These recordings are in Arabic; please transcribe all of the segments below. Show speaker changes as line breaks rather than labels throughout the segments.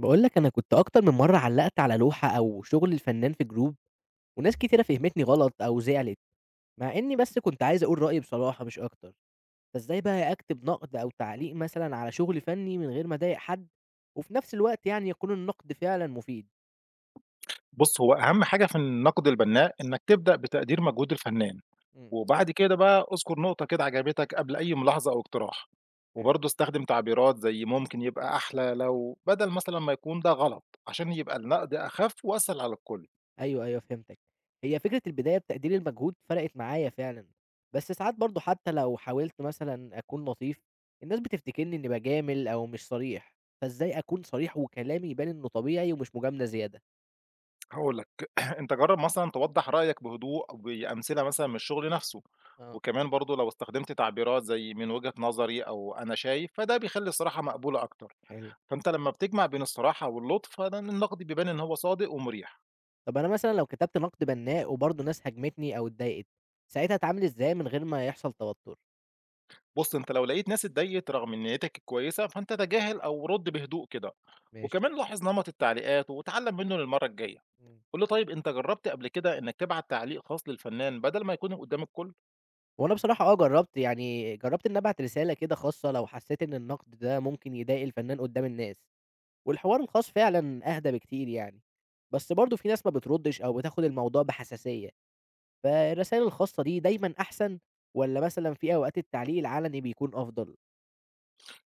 باقول لك أنا كنت أكتر من مرّة علّقت على لوحة أو شغل الفنان في جروب، وناس كتيرة فهمتني غلط أو زعلت، مع إني بس كنت عايز أقول رأيي بصراحة مش أكتر، فإزاي بقى أكتب نقد أو تعليق مثلًا على شغل فني من غير ما أضايق حد، وفي نفس الوقت يعني يكون النقد فعلًا مفيد؟
بُص، هو أهم حاجة في النقد البناء إنك تبدأ بتقدير مجهود الفنان،
إمم.
وبعد كده بقى اذكر نقطة كده عجبتك قبل أي ملاحظة أو اقتراح، وبرضه استخدم تعبيرات زي ممكن يبقى أحلى لو بدل مثلًا ما يكون ده غلط، عشان يبقى النقد أخف وأسهل على الكل.
أيوه، فهمتك. هي فكرة البداية بتقدير المجهود فرقت معايا فعلًا، بس ساعات برضه حتى لو حاولت مثلًا أكون لطيف، الناس بتفتكرني إني باجامل أو مش صريح، فإزاي أكون صريح وكلامي يبان إنه طبيعي ومش مجاملة زيادة؟
هاقول لك، أنت جرب مثلًا توضح رأيك بهدوء بأمثلة مثلًا من الشغل نفسه،
آه،
وكمان برضه لو استخدمت تعبيرات زي من وجهة نظري أو أنا شايف، فده بيخلي الصراحة مقبولة أكتر.
حلو.
فأنت لما بتجمع بين الصراحة واللطف، فده النقد بيبان إن هو صادق ومريح.
طب أنا مثلًا لو كتبت نقد بناء وبرضه ناس هاجمتني أو اتضايقت، ساعتها أتعامل إزاي من غير ما يحصل توتر؟
بُص، أنت لو لقيت ناس اتضايقت رغم إن نيتك الكويسة، فأنت تجاهل أو رُد بهدوء كده،
ماشي،
وكمان لاحظ نمط التعليقات واتعلم منه للمرة الجاية.
إمم.
قُل له طيب أنت جربت قبل كده إنك تبعت تعليق خاص للفنان بدل ما يكون قدّام الكل؟
وأنا بصراحة آه جرّبت، يعني جرّبت إني أبعت رسالة كده خاصة لو حسيت إن النقد ده ممكن يضايق الفنان قدّام الناس. والحوار الخاص فعلًا أهدى بكتير يعني، بس برضه في ناس ما بتردّش أو بتاخد الموضوع بحساسية، فالرسايل الخاصة دي دايمًا أحسن والّا مثلًا في أوقات التعليق العلني بيكون أفضل؟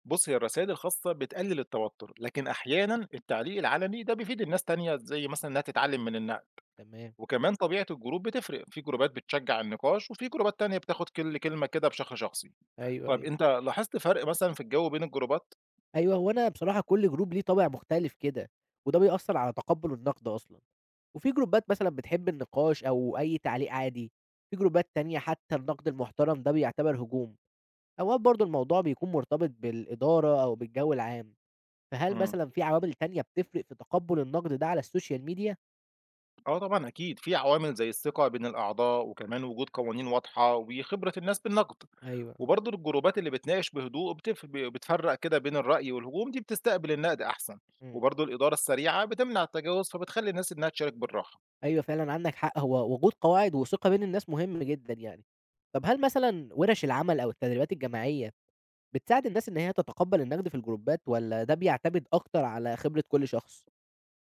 بُص، هي الرسايل الخاصة بتقلل التوتر، لكن أحيانًا التعليق العلني ده بيفيد الناس تانية زي مثلًا إنها تتعلم من النقد،
تمام،
وكمان طبيعة الجروب بتفرق، في جروبات بتشجع النقاش، وفي جروبات تانية بتاخد كل كلمة كده بشكل شخصي.
أيوه،
طيب
أيوه.
أنت لاحظت فرق مثلًا في الجو بين الجروبات؟
أيوه، هو أنا بصراحة كل جروب ليه طابع مختلف كده، وده بيأثّر على تقبُّل النقد أصلًا، وفي جروبات مثلًا بتحب النقاش أو أي تعليق عادي، في جروبات تانية حتى النقد المحترم ده بيعتبر هجوم، أوقات برضه الموضوع بيكون مرتبط بالإدارة أو بالجو العام. فهل
إمم.
مثلًا في عوامل تانية بتفرق في تقبُّل النقد ده على السوشيال ميديا؟
آه طبعًا أكيد، في عوامل زي الثقة بين الأعضاء، وكمان وجود قوانين واضحة، وخبرة الناس بالنقد،
أيوه، آه.
وبرضه الجروبات اللي بتناقش بهدوء بتفرّق كده بين الرأي والهجوم، دي بتستقبل النقد أحسن،
إمم،
وبرضه الإدارة السريعة بتمنع التجاوز، فبتخلّي الناس إنها تشارك بالراحة.
أيوه فعلًا عندك حق، هو وجود قواعد وثقة بين الناس مهم جدًا يعني. طب هل مثلًا وِرَش العمل أو التدريبات الجماعية بتساعد الناس إن هي تتقبَّل النقد في الجروبات والّا ده بيعتمد أكتر على خبرة كل شخص؟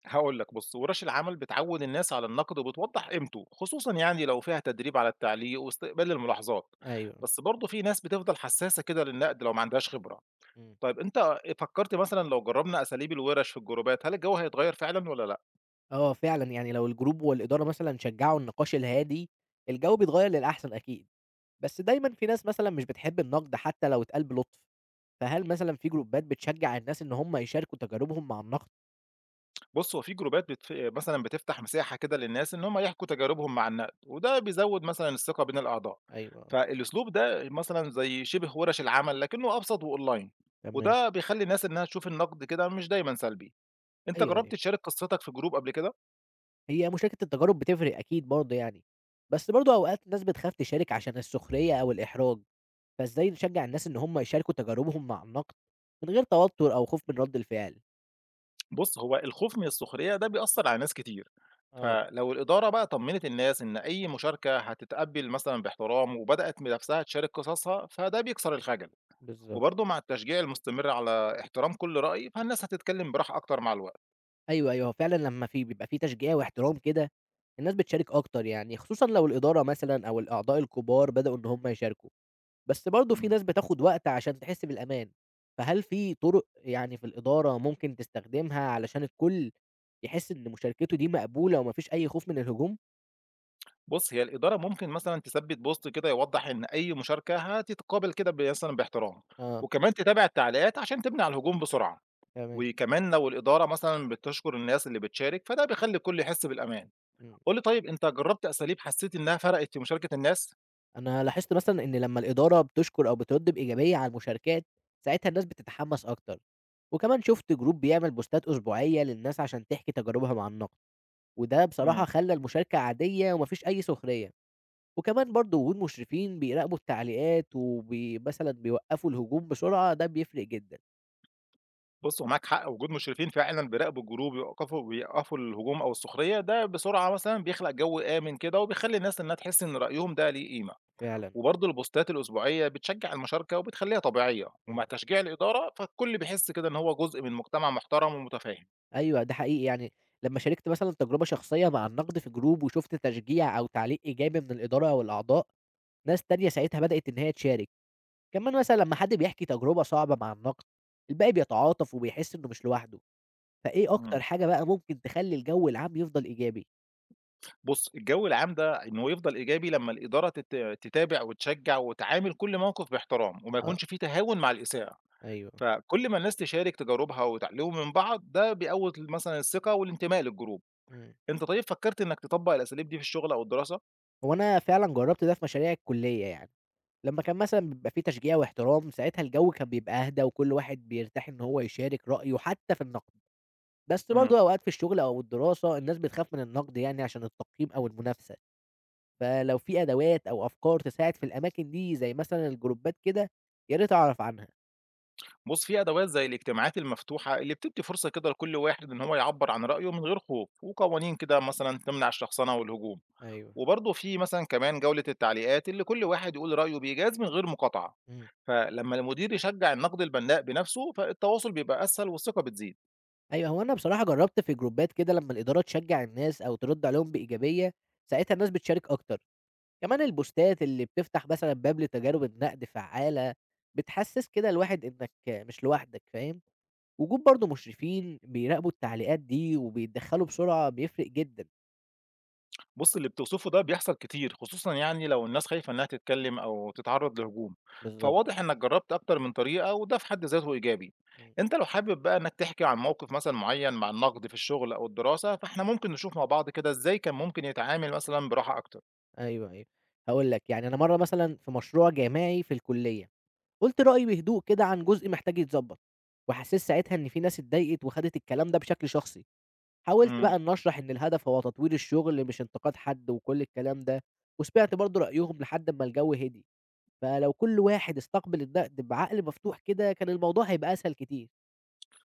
هاقول لك بُص، ورش العمل بتعوّد الناس على النقد وبتوضّح قيمته، خصوصًا يعني لو فيها تدريب على التعليق واستقبال الملاحظات،
أيوه.
بس برضه في ناس بتفضل حسّاسة كده للنقد لو ما عندهاش خبرة.
إمم،
طيب أنت فكّرت مثلًا لو جرّبنا أساليب الوِرَش في الجروبات، هل الجو هيتغيّر فعلًا والّا لأ؟
آه فعلًا يعني لو الجروب والإدارة مثلًا شجّعوا النقاش الهادي، الجو بيتغيّر للأحسن أكيد، بس دايمًا في ناس مثلًا مش بتحب النقد حتى لو اتقال بلطف. فهل مثلًا في جروبات بتشجّع الناس إن هم يشاركوا تجاربهم مع النقد؟
بُص، هو في جروبات بتفتح مساحة كده للناس إن هم يحكوا تجاربهم مع النقد، وده بيزوّد مثلًا الثقة بين الأعضاء.
أيوه،
فالأسلوب ده مثلًا زي شِبه وِرَش العمل لكنه أبسط وأونلاين،
تمام.
وده بيخلّي الناس إنها تشوف النقد كده مش دايمًا سلبي. أنت
أيوه،
جرّبت
أيوه.
تشارك قصتك في جروب قبل كده؟
هي مشاركة التجارب بتفرق أكيد برضه يعني، بس برضه أوقات الناس بتخاف تشارك عشان السخرية أو الإحراج، فإزاي نشجّع الناس إن هم يشاركوا تجاربهم مع النقد من غير توتر أو خوف من رَد الفعل؟
بُص، هو الخوف من السخرية ده بيأثّر على ناس كتير،
آه،
فلو الإدارة بقى طمّنت الناس إن أي مشاركة هتتقبّل مثلًا باحترام وبدأت بنفسها تشارك قصصها، فده بيكسر الخجل،
بالضبط.
وبرضه مع التشجيع المستمر على احترام كل رأي، فالناس هتتكلّم براحة أكتر مع الوقت.
أيوه، أيوه، هو فعلًا لمّا بيبقى في تشجيع واحترام كده، الناس بتشارك أكتر يعني، خصوصًا لو الإدارة مثلًا أو الأعضاء الكبار بدأوا إن هم يشاركوا. بس برضه في
إمم.
ناس بتاخد وقت عشان تحس بالأمان، فهل في طُرق يعني في الإدارة ممكن تستخدمها علشان الكل يحس إن مشاركته دي مقبولة وما فيش أي خوف من الهجوم؟
بُص، هي الإدارة ممكن مثلًا تثبِّت بوست كده يوضّح إن أي مشاركة هتتقابل كده ب مثلًا باحترام،
آه،
وكمان تتابع التعليقات عشان تمنع الهجوم بسرعة،
تمام،
وكمان لو الإدارة مثلًا بتشكر الناس اللي بتشارك، فده بيخلّي الكل يحس بالأمان.
إمم.
قُل لي طيب أنت جرّبت أساليب حسّيت إنها فرقت في مشاركة الناس؟
أنا لاحظت مثلًا إن لمّا الإدارة بتشكر أو بترد بإيجابية على المشاركات، ساعتها الناس بتتحمس أكتر، وكمان شُفت group بيعمل بوستات أسبوعية للناس عشان تحكي تجاربها مع النقد، وده
إمم.
بصراحة خلّى المشاركة عادية وما فيش أي سخرية. وكمان برضه وجود مشرفين بيراقبوا التعليقات وبي مثلًا بيوقّفوا الهجوم بسرعة، ده بيفرق جدًا
بُص، هو معاك حق، وجود مشرفين فعلًا بيراقبوا الجروب ويوقّفوا الهجوم أو السخرية، ده بسرعة مثلًا بيخلق جو آمن كده، وبيخلّي الناس إنها تحس إن رأيهم ده ليه قيمة،
فعلًا.
وبرضه البوستات الأسبوعية بتشجّع المشاركة وبتخلّيها طبيعية، ومع
إمم.
تشجيع الإدارة فالكل بيحس كده إن هو جزء من مجتمع محترم ومتفاهم.
أيوه، ده حقيقي يعني لمّا شاركت مثلًا تجربة شخصية مع النقد في جروب وشُفت تشجيع أو تعليق إيجابي من الإدارة أو الأعضاء، ناس تانية ساعتها بدأت إن هي تشارك. كمان مثلًا لمّا حد بيحكي تجربة صعبة مع النقد، الباقي بيتعاطف وبيحس إنه مش لوحده. فإيه
إمم.
أكتر حاجة بقى ممكن تخلّي الجو العام يفضل إيجابي؟
بُص، الجو العام ده إنه يفضل إيجابي لمّا الإدارة تتابع وتشجّع وتعامل كل موقف باحترام، وما
آه،
يكونش في تهاون مع الإساءة.
أيوه.
فكل ما الناس تشارك تجاربها وتعلمهم من بعض ده بيقوّي مثلًا الثقة والانتماء للجروب.
إمم.
أنت طيب فكّرت إنّك تطبّق الأساليب دي في الشغل أو الدراسة؟
هو أنا فعلًا جرّبت ده في مشاريع الكُلّية يعني. لمّا كان مثلًا بيبقى في تشجيع واحترام، ساعتها الجو كان بيبقى أهدى وكل واحد بيرتاح إن هو يشارك رأيه حتى في النقد، بس
إمم.
برضه أوقات في الشغل أو الدراسة الناس بتخاف من النقد يعني عشان التقييم أو المنافسة، فلو في أدوات أو أفكار تساعد في الأماكن دي زي مثلًا الجروبات كده، يا ريت أعرف عنها.
بُص، في أدوات زي الاجتماعات المفتوحة اللي بتدّي فرصة كده لكل واحد إن هو يعبّر عن رأيه من غير خوف، وقوانين كده مثلًا تمنع الشخصنة والهجوم.
أيوه،
وبرضه في مثلًا كمان جولة التعليقات اللي كل واحد يقول رأيه بإيجاز من غير مقاطعة.
إمم.
فلمّا المدير يشجّع النقد البنّاء بنفسه، فالتواصل بيبقى أسهل والثقة بتزيد.
أيوه، هو أنا بصراحة جرّبت في جروبات كده لمّا الإدارة تشجع الناس أو ترد عليهم بإيجابية، ساعتها الناس بتشارك أكتر. كمان البوستات اللي بتفتح مثلًا باب لتجارب النقد فعّالة، بتحسّس كده الواحد إنّك مش لوحدك فاهم، وجود برضه مشرفين بيراقبوا التعليقات دي وبيتدخّلوا بسرعة بيفرق جدًا.
بُص، اللي بتوصفه ده بيحصل كتير، خصوصًا يعني لو الناس خايفة إنها تتكلم أو تتعرض لهجوم،
بالضبط،
فواضح إنك جربت أكتر من طريقة وده في حد ذاته إيجابي.
إمم،
أنت لو حابب بقى إنك تحكي عن موقف مثلًا معين مع النقد في الشغل أو الدراسة، فإحنا ممكن نشوف مع بعض كده إزاي كان ممكن يتعامل مثلًا براحة أكتر.
أيوه. هاقول لك، يعني أنا مرّة مثلًا في مشروع جماعي في الكلية، قُلت رأيي بهدوء كده عن جزء محتاج يتضبّط، وحسّيت ساعتها إن في ناس اتضايقت وخدت الكلام ده بشكل شخصي. حاولت
إمم.
بقى إن أشرح إن الهدف هو تطوير الشغل مش انتقاد حد وكل الكلام ده، وسمعت برضه رأيهم لحد أمّا الجو هدي. فلو كل واحد استقبل النقد بعقل مفتوح كده، كان الموضوع هيبقى أسهل كتير.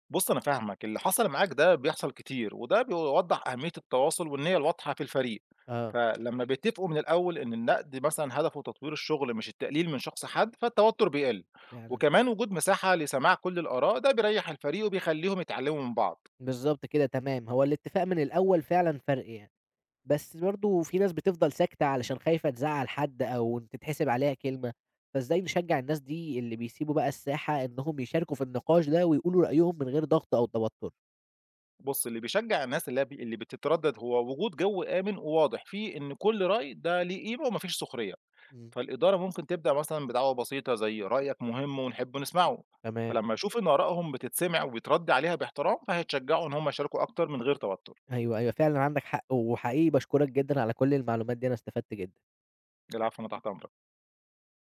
بُص أنا فاهمك، اللي حصل معاك ده بيحصل كتير، وده بيوضّح أهمية التواصل والنية الواضحة في الفريق،
آه،
فلمّا بيتفقوا من الأول إن النقد مثلًا هدفه تطوير الشغل مش التقليل من شخص حد، فالتوتر بيقل،
فعلًا.
وكمان وجود مساحة لسماع كل الآراء ده بيريّح الفريق وبيخلّيهم يتعلموا من بعض،
بالضبط كده تمام، هو الاتفاق من الأول فعلًا فرق يعني، بس برضه في ناس بتفضل ساكتة علشان خايفة تزعّل حد أو تتحسب عليها كلمة، فإزاي نشجع الناس دي اللي بيسيبوا بقى الساحة إنهم يشاركوا في النقاش ده ويقولوا رأيهم من غير ضغط أو توتر؟
بُص اللي بيشجع الناس اللي هي ب اللي بتتردد هو وجود جو آمن وواضح فيه إن كل رأي ده ليه قيمة وما فيش سخرية.
إمم،
فالإدارة ممكن تبدأ مثلا بدعوة بسيطة زي رأيك مهم ونحب نسمعه
تمام.
فلما يشوف إن آرائهم بتتسمع وبيترد عليها باحترام فهيتشجعوا إن هم يشاركوا أكتر من غير توتر
أيوه، أيوه، فعلًا عندك حق، وحقيقي باشكرك جدًا على كل المعلومات دي، أنا استفدت جدًا.
العفو أنا تحت أمرك